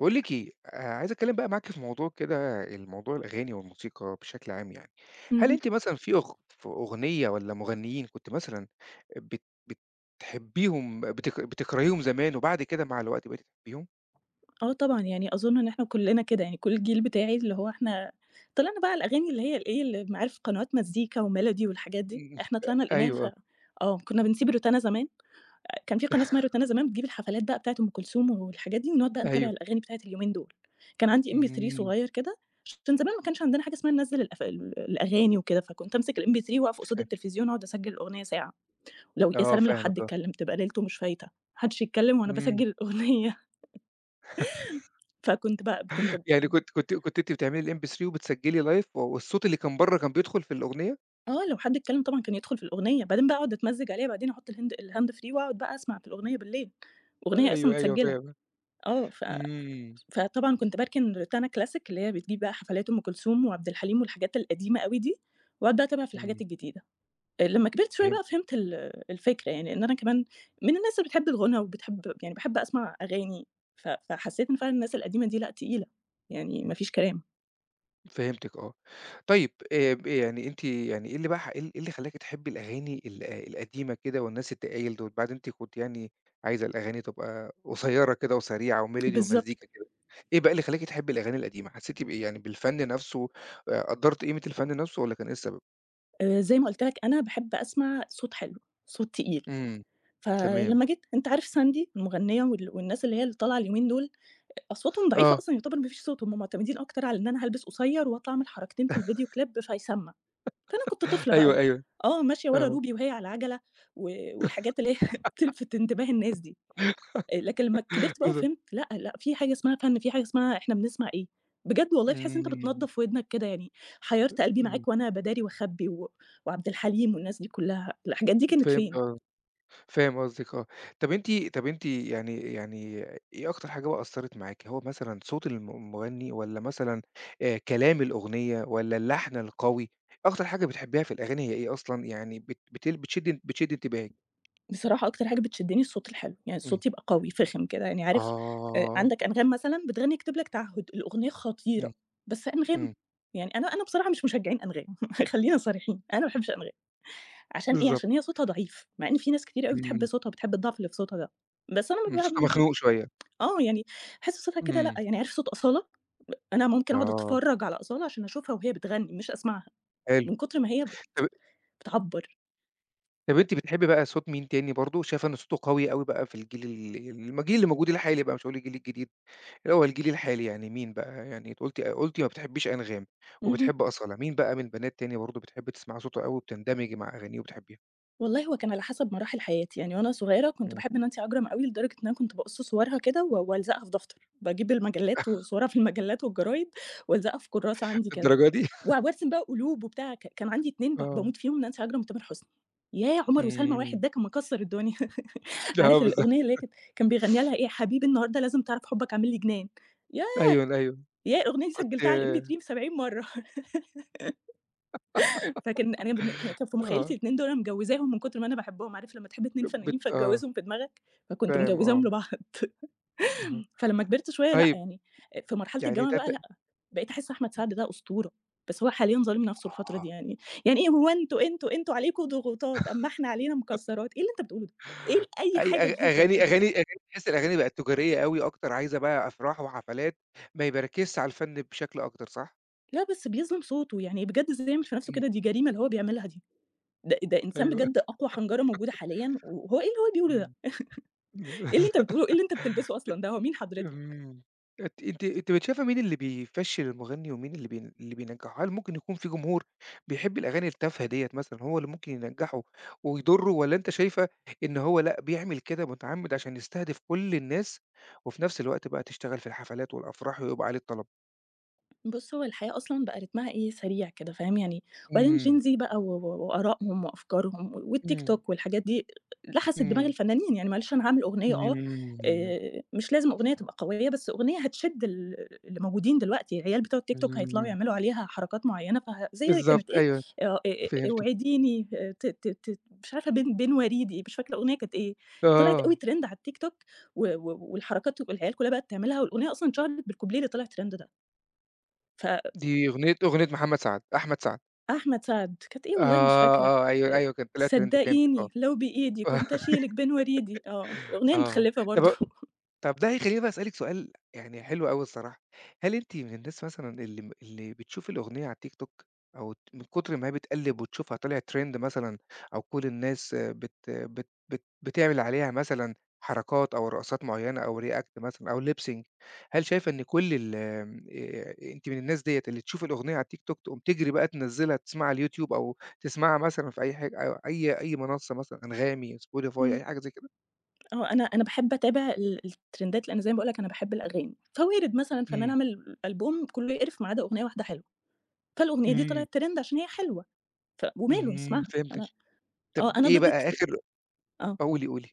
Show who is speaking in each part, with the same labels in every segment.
Speaker 1: باقول لِك إيه، عايز أتكلّم بقى معاكِ في موضوع كده، الموضوع الأغاني والموسيقى بشكل عام يعني. هل
Speaker 2: اهم.
Speaker 1: أنتِ مثلًا في أغنية والّا مغنيين كنت مثلًا بت بتحبّيهم بتك بتكرهيهم زمان وبعد كده مع الوقت بقيتِ تحبّيهم؟
Speaker 2: آه طبعًا، يعني أظُن إن إحنا كُلّنا كده، يعني كل الجيل بتاعي اللي هو إحنا طلعنا بقى على الأغاني اللي هي الإيه، اللي م عارف قنوات مزيكا وميلودي والحاجات دي،
Speaker 1: إمم.
Speaker 2: إحنا طلعنا لقيناها ف
Speaker 1: أيوه،
Speaker 2: آه، كُنّا بنسيب روتانا زمان. كان في قناة اسمها روتانا زمان بتجيب الحفلات بقى بتاعة أم كلثوم والحاجات دي، ونقعد بقى نتابع
Speaker 1: أيوه.
Speaker 2: الأغاني بتاعة اليومين دول. كان عندي MP3
Speaker 1: إمم.
Speaker 2: صغير كده، عشان زمان ما كانش عندنا حاجة اسمها ننزّل الأف ال الأغاني وكده، فكنت أمسك الMP3 وأقف قصاد
Speaker 1: فاهم،
Speaker 2: التلفزيون أقعد أسجّل الأغنية ساعة، لو يا
Speaker 1: آه،
Speaker 2: سلام لو حد
Speaker 1: فاهمِك آه.
Speaker 2: اتكلّم، تبقى ليلته مش فايتة، ما حدش يتكلّم وأنا
Speaker 1: إمم.
Speaker 2: باسجّل الأغنية. فكنت بقى كنت ب
Speaker 1: يعني كنتِ أنتِ بتعملي الMP3 وبتسجّلي live والصوت اللي كان برّه كان بيدخل في الأغنية؟
Speaker 2: آه، لو حد اتكلم طبعًا كان يدخل في الأغنية، بعدين بقى أقعد أتمزج عليها، بعدين أحط الهاند فري وأقعد بقى أسمع في الأغنية بالليل، أغنية أصلًا
Speaker 1: أيوه، أيوه
Speaker 2: متسجلة.
Speaker 1: فاهم.
Speaker 2: آه، ف
Speaker 1: إمم،
Speaker 2: فطبعًا كنت باركن روتانا كلاسيك اللي هي بتجيب بقى حفلات أم كلثوم وعبد الحليم والحاجات القديمة أوي دي، وأقعد بقى أتابع في الحاجات
Speaker 1: إمم.
Speaker 2: الجديدة. لمّا كبرت شوية بقى
Speaker 1: فهمتِك.
Speaker 2: فهمت الفكرة يعني، إن أنا كمان من الناس اللي بتحب الغُنا وبتحب يعني باحب أسمع أغاني، فحسيت إن فعلًا الناس القديمة دي لأ، تقيلة، يعني ما فيش كلام.
Speaker 1: فهمتِك آه. طيب ب يعني أنتِ يعني إيه اللي خلّاكِ تحبّي الأغاني ال القديمة كده والناس التقايل دول؟ بعدين أنتِ كنتِ يعني عايزة الأغاني تبقى قصيّرة كده وسريعة وmelody ومزيكا
Speaker 2: بالضبط.
Speaker 1: كده. إيه بقى اللي خلّاكِ تحبّي الأغاني القديمة؟ حسّيتِ بإيه؟ يعني بالفن نَفْسه، قدّرتِ قيمة الفن نَفْسه والّا كان إيه السبب؟
Speaker 2: زي ما قُلت لك أنا باحب أسمع صوت حلو، صوت تقيل،
Speaker 1: إمم، تمام.
Speaker 2: فلمّا جيت أنت عارف ساندي المغنية والناس اللي هي اللي طالعة اليومين دول، أصواتهم ضعيفة
Speaker 1: آه.
Speaker 2: أصلًا يعتبر ما فيش صوت، هم معتمدين أكتر على إن أنا هالبس قصير وأطلع أعمل حركتين في الفيديو كليب فيسمّع، فأنا كنت طفلة بقى
Speaker 1: أيوه،
Speaker 2: و
Speaker 1: أيوه.
Speaker 2: آه ماشية ورا
Speaker 1: آه.
Speaker 2: روبي وهي على عَجَلة و والحاجات اللي هي بتلفت انتباه الناس دي. لكن لمّا كبرت بقى
Speaker 1: بالضبط.
Speaker 2: وفهمت لأ، لأ، في حاجة اسمها فَن، في حاجة اسمها إحنا بنسمع إيه. بجد والله بتحس إن أنت
Speaker 1: إمم.
Speaker 2: بتنضّف ودنك كده يعني، حيّرت قلبي
Speaker 1: إمم.
Speaker 2: معاك وأنا باداري وأخبّي وعبد الحليم والناس دي كلّها، الحاجات دي كانت
Speaker 1: فهمت
Speaker 2: فين؟
Speaker 1: آه. فاهم قصدِك آه. طَب أنتِ. طَب أنتِ يعني يعني إيه أكتر حاجة بقى أثّرت معاكِ، هو مثلًا صوت الم المغني والّا مثلًا كلام الأغنية والّا اللحن القوي؟ أكتر حاجة بتحبّيها في الأغاني هي إيه أصلًا يعني بت بتل بتشد بتشد انتباهِك؟
Speaker 2: بصراحة أكتر حاجة بتشدّني الصوت الحلو، يعني
Speaker 1: إمم.
Speaker 2: الصوت يبقى قوي فِخم كده يعني عارف.
Speaker 1: آه.
Speaker 2: عندك أنغام مثلًا بتغنّي يكتب لك تعهُّد، الأغنية خطيرة،
Speaker 1: إمم،
Speaker 2: بس أنغام،
Speaker 1: إمم.
Speaker 2: يعني أنا بصراحة مش مشجّعين أنغام خلّينا صريحين، أنا ما باحبش أنغام، عشان إيه،
Speaker 1: بالضبط.
Speaker 2: عشان هي صوتها ضعيف، مع إن في ناس كتير أوي بتحب
Speaker 1: إمم.
Speaker 2: صوتها وبتحب الضعف اللي في صوتها ده، بس أنا
Speaker 1: إمم.
Speaker 2: ما
Speaker 1: صوته
Speaker 2: ب
Speaker 1: مخنوق شوية.
Speaker 2: آه، يعني باحس صوتها كده لأ،
Speaker 1: إمم.
Speaker 2: يعني عارف صوت أصالة؟ أنا ممكن أقعد
Speaker 1: آه.
Speaker 2: أتفرّج على أصالة عشان أشوفها وهي بتغني مش أسمعها،
Speaker 1: حلو.
Speaker 2: من كتر ما هي
Speaker 1: طَب.
Speaker 2: بتعبّر.
Speaker 1: طَب أنتِ بتحبّي بقى صوت مين تاني برضه، شايفة إن صوته قوي أوي بقى في الجيل اللي موجود الحالي بقى، مش هاقول الجيل الجديد؟ هو الجيل الحالي يعني مين بقى؟ يعني أنتِ قُلتِ ما بتحبّيش أنغام
Speaker 2: اهم.
Speaker 1: وبتحبّي أصالة، مين بقى من البنات تاني برضه بتحبّي تسمعي صوتها أوي وبتندمجي مع أغانيه وبتحبّيها؟
Speaker 2: والله هو كان على حسب مراحل حياتي، يعني وأنا صغيرة كنت
Speaker 1: إمم.
Speaker 2: باحب نانسي عجرم أوي لدرجة إن أنا كنت باقص صورها كده والزقها في دفتر، باجيب المجلات وصورها في المجلات والجرايد والزقها في كراسة عندي كده،
Speaker 1: للدرجة دي؟
Speaker 2: وارسم بقى قلوب وبتاع، كان عندي 2
Speaker 1: آه.
Speaker 2: باموت فيهم نانسي عجرم وتامر حسني، ياه! عمر وسلمى
Speaker 1: إمم.
Speaker 2: واحد ده كان مكسّر الدنيا.
Speaker 1: آه
Speaker 2: عارف الأغنية
Speaker 1: بالضبط.
Speaker 2: اللي هي كان بيغنيها لها إيه، حبيبي النهارده لازم تعرف حبك عامل لي جنان، يا
Speaker 1: أيوه، أيوه.
Speaker 2: ياه! الأغنية دي
Speaker 1: كنت
Speaker 2: سجّلتها على الMP3 70 مرّة. فكان أنا بالن ك كان في
Speaker 1: آه.
Speaker 2: مخيّلتي ال2 دول أنا مجوّزاهم من كتر ما أنا باحبهم، عارف لمّا تحب 2
Speaker 1: بت
Speaker 2: فنانين
Speaker 1: آه.
Speaker 2: فتجوّزهم في دماغك؟ فكنت
Speaker 1: فاهم آه.
Speaker 2: مجوّزاهم لبعض.
Speaker 1: أها.
Speaker 2: فلمّا كبرت شوية لأ،
Speaker 1: طيب.
Speaker 2: يعني في مرحلة
Speaker 1: يعني
Speaker 2: الجامعة
Speaker 1: ده
Speaker 2: بقى
Speaker 1: ده
Speaker 2: لأ، بقيت أحس أحمد سعد ده أسطورة، بس هو حاليًا ظالم نَفْسه الفترة
Speaker 1: آه.
Speaker 2: دي يعني، يعني إيه هو أنتم عليكم ضغوطات، أمّا إحنا علينا مكسّرات، إيه اللي أنت بتقوله ده؟ إيه أي
Speaker 1: أي
Speaker 2: حاجة
Speaker 1: أغ
Speaker 2: اللي أنت
Speaker 1: أغاني
Speaker 2: بتقولها دي؟
Speaker 1: أغاني أغاني تحسّي الأغاني بقت تجارية أوي أكتر، عايزة بقى أفراح وحفلات، ما يركّزش على الفن بشكل أكتر، صح؟
Speaker 2: لا بس بيظلم صوته، يعني بجد إزاي يعمل في نَفْسه
Speaker 1: إمم.
Speaker 2: كده، دي جريمة اللي هو بيعملها دي. ده إنسان
Speaker 1: أيوه.
Speaker 2: بجد أقوى حنجرة موجودة حاليًا، وهو إيه اللي هو بيقوله ده؟
Speaker 1: إمم.
Speaker 2: إيه اللي أنت بتقوله، إيه اللي أنت بتلبسه أصلًا ده، هو مين حضرتك؟
Speaker 1: إمم. أنتِ بقيتِ شايفة مين اللي بيفشّل المغني ومين اللي بينجّحه؟ هل ممكن يكون في جمهور بيحب الأغاني التافهة ديّة مثلًا هو اللي ممكن ينجّحه ويضُرّه والّا أنت شايفة إن هو لأ، بيعمل كده متعمِّد عشان يستهدف كل الناس وفي نفس الوقت بقى تشتغل في الحفلات والأفراح ويبقى عليه الطلب؟
Speaker 2: بُص، هو الحياة أصلًا بقى رتمها إيه، سريع كده فاهم، يعني وبعدين
Speaker 1: إمم.
Speaker 2: Gen Z بقى و و وآرائهم وأفكارهم
Speaker 1: إمم.
Speaker 2: والTikTok والحاجات دي لحست دماغ
Speaker 1: إمم.
Speaker 2: الفنانين، يعني معلش أنا هاعمل أغنية آه،
Speaker 1: إمم.
Speaker 2: آآ مش لازم أغنية تبقى قوية، بس أغنية هتشد اللي موجودين دلوقتي، العيال بتوع الTikTok هيطلعوا
Speaker 1: إمم.
Speaker 2: يعملوا عليها حركات معيّنة، فه زي
Speaker 1: بالضبط
Speaker 2: كانت إيه،
Speaker 1: أيوه،
Speaker 2: آه، أ
Speaker 1: فهمتِك.
Speaker 2: اوعديني، آه، ت ت ت مش عارفة بين وريدي، مش فاكرة الأغنية كانت إيه، طلعت أوي
Speaker 1: آه.
Speaker 2: Trend على الTikTok و و والحركات والعيال كلها بقت تعملها، والأغنية أصلًا اتشهرت بالكوبليه اللي طلع Trend ده، ف
Speaker 1: دي أغنية أغنية محمد سعد أحمد سعد.
Speaker 2: أحمد سعد، كانت إيه
Speaker 1: آه،
Speaker 2: والله مش فاكرة.
Speaker 1: آه. آه، أيوه،
Speaker 2: آآ
Speaker 1: أيوه كانت طلعت ترند فهمتِك آه.
Speaker 2: صدقيني لو بإيدي كنت أشيلِك بين وريدي، آه، أغنية
Speaker 1: آه.
Speaker 2: متخلفة برضه.
Speaker 1: طب. طب ده هيخلّيني بقى أسألِك سؤال يعني حلو أوي الصراحة، هل أنتِ من الناس مثلًا اللي بتشوف الأغنية على التيك توك أو من كتر ما هي بتقلِّب وتشوفها طلعت trend مثلًا أو كل الناس آه، بت بت بت بتعمل عليها مثلًا حركات أو رقصات معيّنة أو react مثلًا أو lip sync. هل شايفة إن كل ال آمم، أنتِ من الناس ديّة اللي تشوف الأغنية على التيك توك تقوم تجري بقى تنزّلها تسمعها على اليوتيوب أو تسمعها مثلًا في أي حاجة أو أي منصة مثلًا أنغامي، سبوتيفاي،
Speaker 2: إمم.
Speaker 1: أي حاجة زي كده؟
Speaker 2: آه، أنا باحب أتابع الترندات، لأن زي ما باقول لك أنا باحب الأغاني، فوارد مثلًا فنان
Speaker 1: إمم.
Speaker 2: عمل ألبوم كلّه يقرف ما عدا أغنية واحدة حلوة، فالأغنية دي
Speaker 1: إمم،
Speaker 2: طلعت ترند عشان هي حلوة، وماله
Speaker 1: اهم،
Speaker 2: نسمعها،
Speaker 1: فهمتِك.
Speaker 2: أنا آه،
Speaker 1: طَب
Speaker 2: أنا
Speaker 1: إيه
Speaker 2: ضد
Speaker 1: بقى
Speaker 2: الت
Speaker 1: آخر.
Speaker 2: آه.
Speaker 1: آه، قولي، قولي.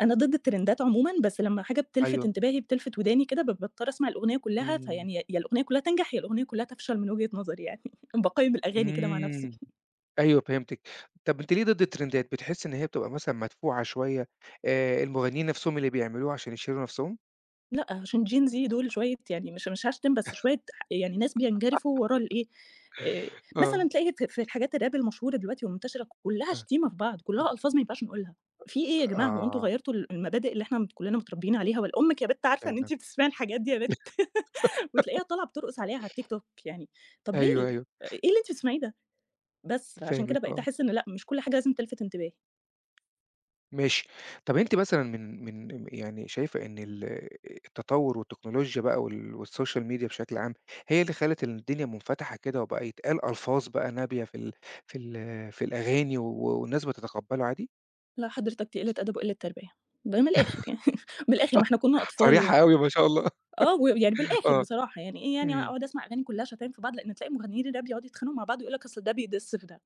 Speaker 2: أنا ضد الترندات عمومًا، بس لمّا حاجة بتلفت
Speaker 1: أيوه،
Speaker 2: انتباهي، بتلفت وداني كده، باضطر أسمع الأغنية كلّها،
Speaker 1: إمم،
Speaker 2: فيعني يا الأغنية كلّها تنجح، يا الأغنية كلّها تفشل من وجهة نظري يعني، باقيّم الأغاني كده مع نفسي.
Speaker 1: إمم، أيوه فهمتِك. طَب أنتِ ليه ضد الترندات، بتحسّي إن هي بتبقى مثلًا مدفوعة شوية، المغنيين نَفْسهم اللي بيعملوها عشان يشهروا نَفْسهم؟
Speaker 2: لأ، عشان Gen Z دول شوية يعني مش هاشتم، بس شوية ح يعني ناس بينجرفوا ورا الإيه. آآ
Speaker 1: آه.
Speaker 2: مثلًا تلاقي في الحاجات الراب المشهورة دلوقتي والمنتشرة كلّها
Speaker 1: آه،
Speaker 2: شتيمة في بعض، كلّها ألفاظ ما ينفعش نقولها. في إيه يا جماعة، هو أنتم
Speaker 1: آه،
Speaker 2: غيّرتوا المبادئ اللي إحنا كلّنا متربيين عليها والأمِّك يا بت عارفة إن
Speaker 1: فعلًا.
Speaker 2: أنتِ بتسمعي الحاجات دي يا بت وتلاقيها طالعة بترقص عليها على التيك توك يعني، طب ليه؟
Speaker 1: أيوه، أيوه،
Speaker 2: إيه اللي أنتِ بتسمعيه ده؟ بس، فعشان
Speaker 1: فاهمِك
Speaker 2: كده بقيت
Speaker 1: آه.
Speaker 2: أحس إن لأ، مش كل حاجة لازم تلفت انتباهي.
Speaker 1: ماشي. طَب أنتِ مثلًا من يعني شايفة إن التطوُّر والتكنولوجيا بقى والسوشيال ميديا بشكل عام، هي اللي خلّت الدنيا منفتحة كده وبقى يتقال ألفاظ بقى نابية في الأغاني والناس بتتقبّله عادي؟
Speaker 2: لأ حضرتك دي قلة أدب وقلة تربية، ده من الآخر يعني، من الآخر ما إحنا كنا أطفال و
Speaker 1: صريحة أوي ما شاء الله.
Speaker 2: آه، ويعني بالآخر
Speaker 1: آه.
Speaker 2: بصراحة يعني إيه يعني
Speaker 1: إمم.
Speaker 2: أقعد أسمع أغاني كلها شتايم في بعض، لإن تلاقي مغنيين الراب يقعدوا يتخانقوا مع بعض ويقول لك أصل ده بيدِس في ده،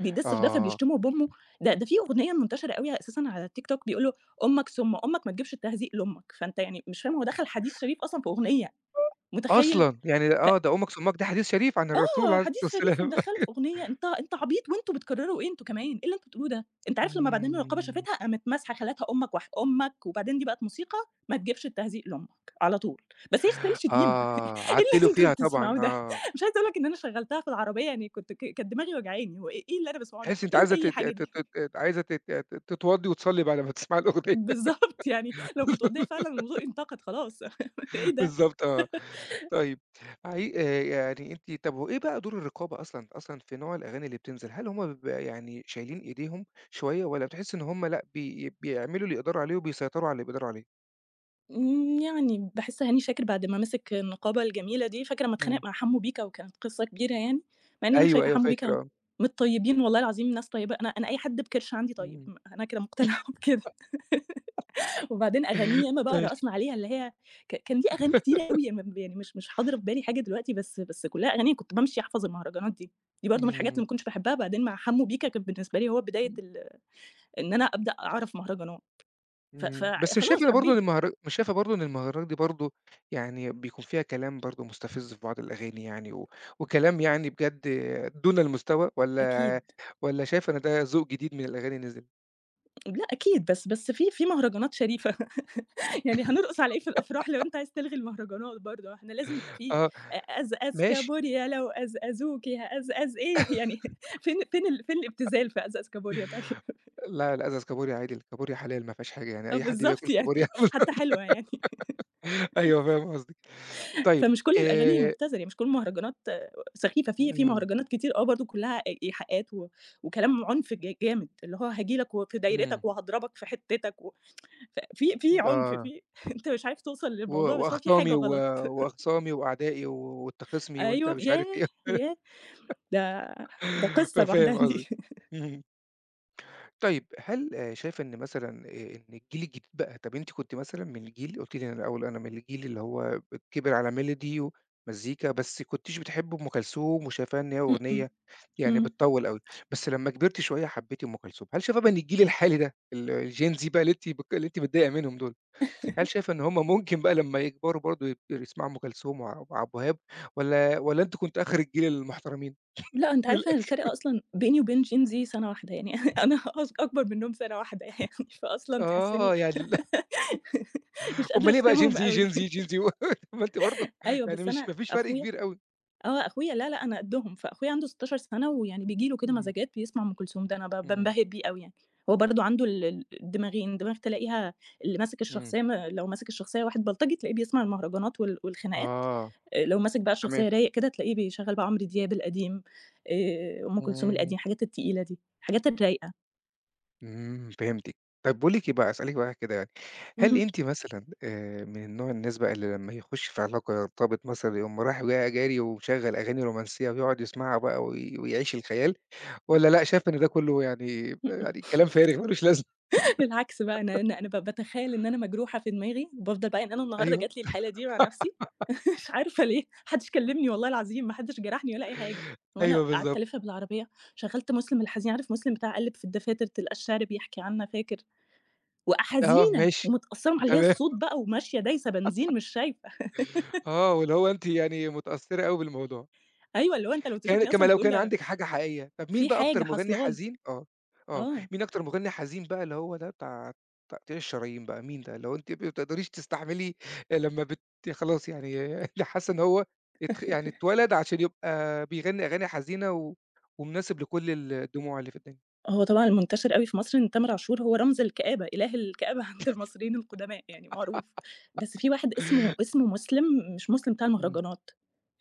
Speaker 2: بيدِس في ده
Speaker 1: آه.
Speaker 2: فبيشتموا بأمه، ده في أغنية منتشرة أوي أساسًا على التيك توك بيقول له: "أمك سُمّ، أمك ما تجيبش التهزيق لأمك." فأنت يعني مش فاهم هو دخل حديث شريف أصلًا في أغنية، متخيل؟
Speaker 1: أصلًا! يعني آه، ده أمك سُمّاك ده حديث شريف عن الرسول
Speaker 2: آه،
Speaker 1: عليه
Speaker 2: حديث
Speaker 1: الصلاة
Speaker 2: شريف
Speaker 1: والسلام.
Speaker 2: ومدخّله في أغنية، أنت عبيط وأنتم بتكرّروا إيه أنتم كمان، إيه اللي أنتم بتقولوه ده؟ أنت عارف لمّا بعدين الرقابة
Speaker 1: إمم.
Speaker 2: شافتها قامت ماسحة خالاتها أمك وح أمك، وبعدين دي بقت موسيقى ما تجيبش التهزيء لأمك على طول، بس هي still شتيمة.
Speaker 1: آه.
Speaker 2: إيه
Speaker 1: عدِّلوا
Speaker 2: اللي أنتم
Speaker 1: فيها طبعًا
Speaker 2: بتسمعوه ده؟
Speaker 1: آه.
Speaker 2: مش عايزة أقول لك إن أنا شغّلتها في العربية يعني كنت ك كانت دماغي واجعاني، هو إيه إيه اللي أنا باسمعه ده؟
Speaker 1: تحسّي أنتِ
Speaker 2: إيه
Speaker 1: عايزة
Speaker 2: أي
Speaker 1: تت
Speaker 2: حاجة
Speaker 1: تت
Speaker 2: دي؟
Speaker 1: تت عايزة تتوضّي وتصلّي بعد ما تسمعي الأغنية.
Speaker 2: بالضبط، يعني لو متوضّية فعلًا وذوقي انتقد خلاص. إيه ده؟
Speaker 1: بالضبط آه. طيب. عي يعني أنتِ طب وإيه بقى دور الرقابة أصلًا في نوع الأغاني اللي بتنزل؟ هل هم بيبقى يعني شايلين إيديهم شوية والّا بتحسّي إن هم لأ، بيعملوا اللي يقدروا عليه وبيسيطروا على اللي بيقدروا عليه؟
Speaker 2: يعني باحس هاني شاكر بعد ما مسك النقابة الجميلة دي، فاكرة أمّا
Speaker 1: إمم.
Speaker 2: اتخانق مع حمو بيكا وكانت قصة كبيرة يعني، مع إن أنا
Speaker 1: أيوه،
Speaker 2: شايفة
Speaker 1: أيوه
Speaker 2: حمو بيكا
Speaker 1: فاكر آه.
Speaker 2: من الطيبين والله العظيم ناس طيبة، أنا أي حد بكِرش عندي طيب،
Speaker 1: إمم.
Speaker 2: أنا كده مقتنعة بكده. وبعدين أغانيه ياما باقرا
Speaker 1: ماشي.
Speaker 2: أصلًا عليها اللي هي كان ليه أغاني كتيرة أوي م م يعني مش حاضرة في بالي حاجة دلوقتي، بس كلّها أغاني كنت بامشي أحفظ المهرجانات دي، دي برضه من الحاجات
Speaker 1: إمم.
Speaker 2: اللي ما كنتش باحبها. بعدين مع حمو بيكا كان بالنسبة لي هو بداية إن أنا أبدأ أعرف مهرجانات،
Speaker 1: إمم، بس مش
Speaker 2: فخلاص
Speaker 1: شايفة برضه إن
Speaker 2: حبيته.
Speaker 1: المهر مش شايفة برضه إن المهرجانات دي برضه يعني بيكون فيها كلام برضه مستفز في بعض الأغاني يعني وكلام يعني بجد دون المستوى
Speaker 2: أكيد.
Speaker 1: والّا. والّا شايفة إن ده ذوق جديد من الأغاني نزل؟
Speaker 2: لأ أكيد، بس في مهرجانات شريفة. يعني هنرقص على إيه في الأفراح لو أنت عايز تلغي المهرجانات برضه، إحنا لازم يبقى في
Speaker 1: آه،
Speaker 2: أزأزك
Speaker 1: ماشي،
Speaker 2: بوريا لو أزأزوكِ هأزأز إيه يعني فين الابتذال في أزأزك بوريا طيب؟
Speaker 1: لا، لأ أزاز كابوريا عادي، الكابوريا حلال ما فيهاش حاجة يعني
Speaker 2: آه
Speaker 1: أي حد بياكل
Speaker 2: بالضبط
Speaker 1: كابوريا.
Speaker 2: يعني حتى حلوة يعني.
Speaker 1: أيوه فاهم قصدِك. طيب
Speaker 2: فمش كل الأغاني
Speaker 1: آآ
Speaker 2: مبتذلة، مش كل المهرجانات آه، سخيفة، في
Speaker 1: إمم،
Speaker 2: مهرجانات كتير آه برضه كلّها إيحاءات وكلام عنف جامد، اللي هو هاجي لك وفي
Speaker 1: إمم،
Speaker 2: دايرتك وهاضربك في حتتك و ف في في عُنف
Speaker 1: آه،
Speaker 2: في أنت مش عارف توصل للموضوع، بس هو في حاجة
Speaker 1: وأخصامي
Speaker 2: غلط.
Speaker 1: وأخصامي وأعدائي و... وأنت خصمي وأنت
Speaker 2: أيوه
Speaker 1: مش
Speaker 2: ياه!
Speaker 1: عارف إيه.
Speaker 2: ياه! ده ده قصة لوحدها
Speaker 1: فاهم
Speaker 2: دي.
Speaker 1: قصدِك. اهم. طيب هل شايفة إن مثلًا إن الجيل الجديد بقى. طب أنتِ كنتِ مثلًا من الجيل قُلتِ لي أنا الأول أنا من الجيل اللي هو كِبِر على ميلودي ومزيكا، بس كنتيش بتحبّي أم كلثوم وشايفاها إن هي
Speaker 2: إمم، إمم،
Speaker 1: أغنية يعني
Speaker 2: إمم.
Speaker 1: بتطوّل أوي، بس لمّا كبرتِ شوية حبّيتِ أم كلثوم، هل شايفة بقى إن الجيل الحالي ده الGen Z بقى اللي أنتِ متضايقة منهم دول، هل شايفة إن هُم ممكن بقى لمّا يكبروا برضه يسمعوا أم كلثوم وعبد الوهاب والّا أنتِ كنتِ آخر الجيل المحترمين؟
Speaker 2: لأ، أنت
Speaker 1: من
Speaker 2: عارف أنا
Speaker 1: الآخر
Speaker 2: الفرق أصلًا بيني وبين Gen Z سَنة واحدة يعني أنا أكبر منّهم سَنة واحدة يعني، فأصلًا
Speaker 1: آه،
Speaker 2: تحسّني
Speaker 1: يعني
Speaker 2: مش قادرة
Speaker 1: أمّال إيه بقى Gen
Speaker 2: أشتمهم
Speaker 1: Z، Gen
Speaker 2: أوي.
Speaker 1: Z، Gen Z طب ما أنتِ برضه
Speaker 2: أيوه،
Speaker 1: يعني
Speaker 2: بس
Speaker 1: مش
Speaker 2: أنا
Speaker 1: ما فيش فرق
Speaker 2: أخويا
Speaker 1: كبير أوي.
Speaker 2: آه، لا، لأ، أنا قدّهم، فأخويا عنده 16 سَنة ويعني بييجي له كده
Speaker 1: إمم،
Speaker 2: مزاجات بيسمع أم كلثوم، ده أنا
Speaker 1: إمم،
Speaker 2: بانبهر بيه أوي يعني. هو برضه عنده ال ال الدماغين، دماغ تلاقيها اللي ماسك
Speaker 1: إمم.
Speaker 2: الشخصية لو ماسك الشخصية واحد بلطجي، تلاقيه بيسمع المهرجانات والخناقات.
Speaker 1: آه،
Speaker 2: لو ماسك بقى
Speaker 1: تمام.
Speaker 2: الشخصية رايق كده، تلاقيه بيشغّل بقى عمرو دياب القديم، أم كلثوم
Speaker 1: إمم.
Speaker 2: القديم، الحاجات التقيلة دي، الحاجات الرايقة.
Speaker 1: إمم، فهمتِك. طيب باقول لِك إيه بقى، أسألِك بقى كده يعني، هل
Speaker 2: اهم.
Speaker 1: أنتِ مثلًا من نوع الناس بقى اللي لمّا يخش في علاقة يرتبط مثلًا يقوم رايح جاي جاري ومشغّل أغاني رومانسية ويقعد يسمعها بقى ويعيش الخيال، والّا لأ شايفة إن ده كلّه يعني يعني كلام فارغ ما لوش لازمة؟
Speaker 2: العكس بقى أنا باتخيّل إن أنا مجروحة في دماغي، وبافضل بقى يعني أنا النهارده
Speaker 1: أيوه،
Speaker 2: جات لي الحالة دي مع نفسي مش عارفة ليه، ما حدش كلّمني والله العظيم، ما حدش جرحني ولا أي حاجة، هو أنا
Speaker 1: أيوه
Speaker 2: قعدت
Speaker 1: بالضبط.
Speaker 2: ألِف بالعربية، شغّلت مسلم الحزين، عارف مسلم بتاع قلِّب في الدفاتر تلقى الشعر بيحكي عنا فاكر،
Speaker 1: آه،
Speaker 2: وحزينة
Speaker 1: ماشي،
Speaker 2: ومتأثّرة معليّة
Speaker 1: تمام.
Speaker 2: الصوت بقى وماشية دايسة بنزين مش شايفة.
Speaker 1: آه، واللي هو أنتِ يعني متأثّرة أوي بالموضوع.
Speaker 2: أيوه، اللي هو أنت لو
Speaker 1: كان
Speaker 2: تشوفني
Speaker 1: كما
Speaker 2: أصلًا
Speaker 1: لو
Speaker 2: تقول
Speaker 1: كان
Speaker 2: لها
Speaker 1: عندِك حاجة حقيقية، طَب مين
Speaker 2: في
Speaker 1: بقى أكتر
Speaker 2: حاجة
Speaker 1: مغني
Speaker 2: حاصله لي.
Speaker 1: حزين آه، آه،
Speaker 2: آه.
Speaker 1: مين أكتر مغني حزين بقى اللي هو ده بتاع تقطيع الشرايين بقى، مين ده؟ اللي هو أنتِ ما بتقدريش تستحملي لمّا بت خلاص يعني اللي حاسة إن هو يعني اتولد عشان يبقى بيغني أغاني حزينة ومناسب لكل الدموع اللي في الدنيا.
Speaker 2: هو طبعًا المنتشر أوي في مصر إن تامر عاشور هو رمز الكآبة، إله الكآبة عند المصريين القدماء يعني معروف، بس في واحد اسمه مسلم، مش مسلم بتاع
Speaker 1: إمم،
Speaker 2: المهرجانات،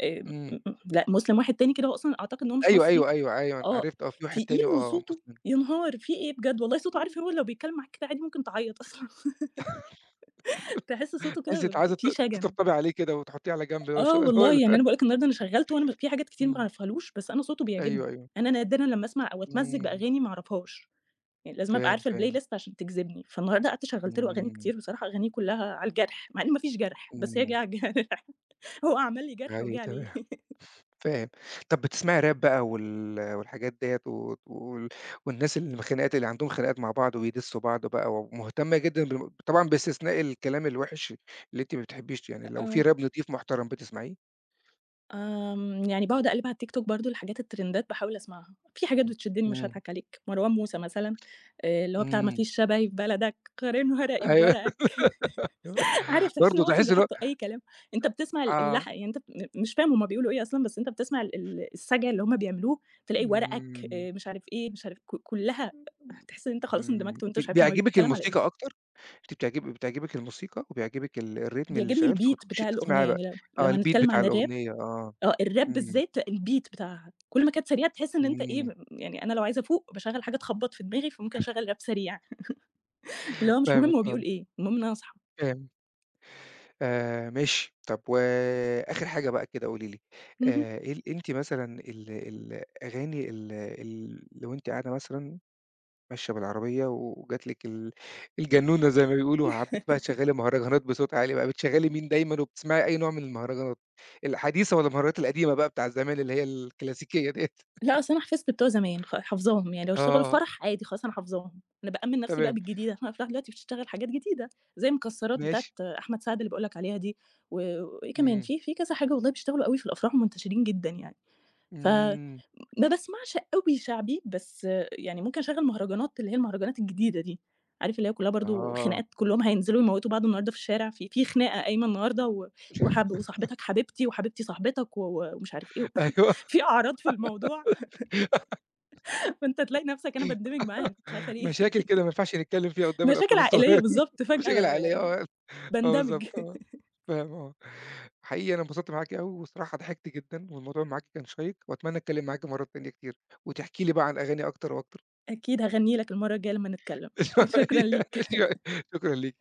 Speaker 2: آمم،
Speaker 1: إمم،
Speaker 2: لأ مسلم واحد تاني كده هو أصلًا أعتقد إن هو مش
Speaker 1: أيوه،
Speaker 2: مصري،
Speaker 1: أيوه، أيوه، أيوه، أنا
Speaker 2: آه،
Speaker 1: عرفت آه، في واحد تاني
Speaker 2: تقيل
Speaker 1: آه،
Speaker 2: وصوته
Speaker 1: مسلم.
Speaker 2: يا نهار! في إيه بجد والله صوته
Speaker 1: إمم.
Speaker 2: عارف هو لو بيتكلم معاك كده عادي ممكن تعيّط أصلًا. تحس صوته كده
Speaker 1: تحسّي أنتِ عايزة
Speaker 2: فيه شجن.
Speaker 1: تطبطبي عليه كده وتحطّيه على جنب اللي هو شو
Speaker 2: آه
Speaker 1: اللي هو
Speaker 2: والله،
Speaker 1: ال
Speaker 2: يعني أنا باقول لك النهارده أنا شغّلته وأنا في حاجات كتير ما
Speaker 1: إمم،
Speaker 2: أعرفهالوش، بس أنا صوته
Speaker 1: أيوه،
Speaker 2: بيعجبني،
Speaker 1: أيوه،
Speaker 2: أنا نادرًا لمّا أسمع أو أتمزج
Speaker 1: إمم،
Speaker 2: بأغاني ما أعرفهاش. يعني لازم أبقى
Speaker 1: فاهم،
Speaker 2: عارفة الplay
Speaker 1: فاهم.
Speaker 2: list عشان تجذبني، فالنهارده قعدت شغّلت له أغاني
Speaker 1: إمم،
Speaker 2: كتير بصراحة أغانيه كلّها على الجرح، مع إن ما فيش جرح، بس هي
Speaker 1: إمم،
Speaker 2: جه على الجرح. هو عمل لي جرح
Speaker 1: أيوه
Speaker 2: وجه عليه.
Speaker 1: تمام، فاهم. طب بتسمعي راب بقى والحاجات ديّة و وال والناس اللي الخناقات اللي عندهم خناقات مع بعض ويدسّوا بعض بقى ومهتمة جدًا بم طبعًا باستثناء الكلام الوِحِش اللي أنتِ ما بتحبيش يعني، لو في
Speaker 2: آه،
Speaker 1: راب نضيف محترم بتسمعيه؟
Speaker 2: آمم، يعني باقعد أقلِّب على التيك توك برضه الحاجات الترندات باحاول أسمعها، في حاجات بتشدّني مش
Speaker 1: إمم،
Speaker 2: هاضحك عليك، مروان موسى مثلًا. اللي هو بتاع ما
Speaker 1: إمم،
Speaker 2: فيش شبهي في بلدك قارنها رايي
Speaker 1: أيوه.
Speaker 2: بورقك، عارف تحس إن
Speaker 1: برضه
Speaker 2: هو أصلًا
Speaker 1: تحسّي اللي هو
Speaker 2: بيحطّوا أي كلام، أنت بتسمع
Speaker 1: آه،
Speaker 2: اللحن يعني أنت مش فاهم هُم بيقولوا إيه أصلًا، بس أنت بتسمع ال ال السَّجع اللي هُم بيعملوه، تلاقي ورقك
Speaker 1: إمم،
Speaker 2: مش عارف إيه، مش عارف كلّها تحس إن أنت خلاص
Speaker 1: إمم،
Speaker 2: اندمجت وأنت مش عارف هُم
Speaker 1: بيعجبِك
Speaker 2: بيتكلم على
Speaker 1: الموسيقى
Speaker 2: إيه.
Speaker 1: أكتر؟ أنتِ بتعجبِك الموسيقى وبيعجبِك الريتم اللي
Speaker 2: بيعجبني
Speaker 1: شغال
Speaker 2: الbeat
Speaker 1: فبتخشي
Speaker 2: بتاع الأغنية،
Speaker 1: تسمعي بقى،
Speaker 2: يعني لو
Speaker 1: آه الbeat
Speaker 2: هنتكلم
Speaker 1: بتاع
Speaker 2: عن الراب
Speaker 1: الأغنية، آه.
Speaker 2: آه، الراب
Speaker 1: إمم،
Speaker 2: بالذات الbeat بتاعها، كل ما كانت سريعة تحس إن أنت إيه،
Speaker 1: إمم،
Speaker 2: م يعني أنا لو عايزة أفوق باشغّل حاجة تخبّط في دماغي، فممكن أشغّل راب سريع، اللي هو مش
Speaker 1: فاهمِك
Speaker 2: مهم هو بيقول
Speaker 1: آه،
Speaker 2: إيه، المهم إن أنا أصحى.
Speaker 1: فاهم، ماشي، طب وآخر حاجة بقى كده قولي لي،
Speaker 2: اهم.
Speaker 1: إيه ال أنتِ مثلًا ال الأغاني ال ال لو أنتِ قاعدة مثلًا ماشية بالعربية وجات لِك الجنونة زي ما بيقولوا، حبيتِ بقى تشغّلي مهرجانات بصوت عالي بقى، بتشغّلي مين دايمًا وبتسمعي أي نوع من المهرجانات، الحديثة والّا المهرجانات القديمة بقى بتاع زمان اللي هي الكلاسيكية ديّة؟
Speaker 2: لأ، أصل أنا حفظت بتوع زمان، حافظاهم، يعني لو اشتغلوا
Speaker 1: آه،
Speaker 2: فرح عادي خلاص أنا حافظاهم، أنا بأمِّن نفسي بقى
Speaker 1: تمام،
Speaker 2: بالجديدة، عشان الأفراح دلوقتي بتشتغل حاجات جديدة، زي مكسرات بتاعة
Speaker 1: ماشي،
Speaker 2: أحمد سعد اللي باقول لك عليها دي، و وإيه كمان،
Speaker 1: إمم،
Speaker 2: في كذا حاجة والله بيشتغلوا أوي في الأفراح ومنتشرين جدًا يعني، ف
Speaker 1: إمم،
Speaker 2: ما باسمعش أوي شعبي، بس يعني ممكن أشغّل مهرجانات اللي هي المهرجانات الجديدة دي، عارف اللي هي كلّها برضه
Speaker 1: آه،
Speaker 2: خناقات، كلّهم هينزلوا يموّتوا بعض النهارده في الشارع، في خناقة قايمة النهارده وحب وصاحبتك حبيبتي وحبيبتي صاحبتك ومش عارف إيه.
Speaker 1: أيوه.
Speaker 2: في أعراض في الموضوع. فأنت تلاقي نفْسك أنا باندمج معاها مش عارفة ليه،
Speaker 1: مشاكل كده ما ينفعش نتكلم فيها قدّام الأطفال
Speaker 2: مشاكل عائلية
Speaker 1: الصغيّرين،
Speaker 2: بالضبط فجأة
Speaker 1: مشاكل
Speaker 2: بقى
Speaker 1: عائلية آه،
Speaker 2: يعني
Speaker 1: آه. آه،
Speaker 2: باندمج.
Speaker 1: بالضبط آه، فاهم آه. حقيقي أنا انبسطت معاكِ أوي، وصراحة ضحكت جدًا، والموضوع معاكِ كان شيّق، وأتمنى أتكلم معاكِ مرّات تانية كتير، وتحكي لي بقى عن أغاني أكتر وأكتر.
Speaker 2: أكيد هاغنّي لك المرّة الجاية لمّا نتكلّم، شكرًا ليك.
Speaker 1: شكرًا ليكِ.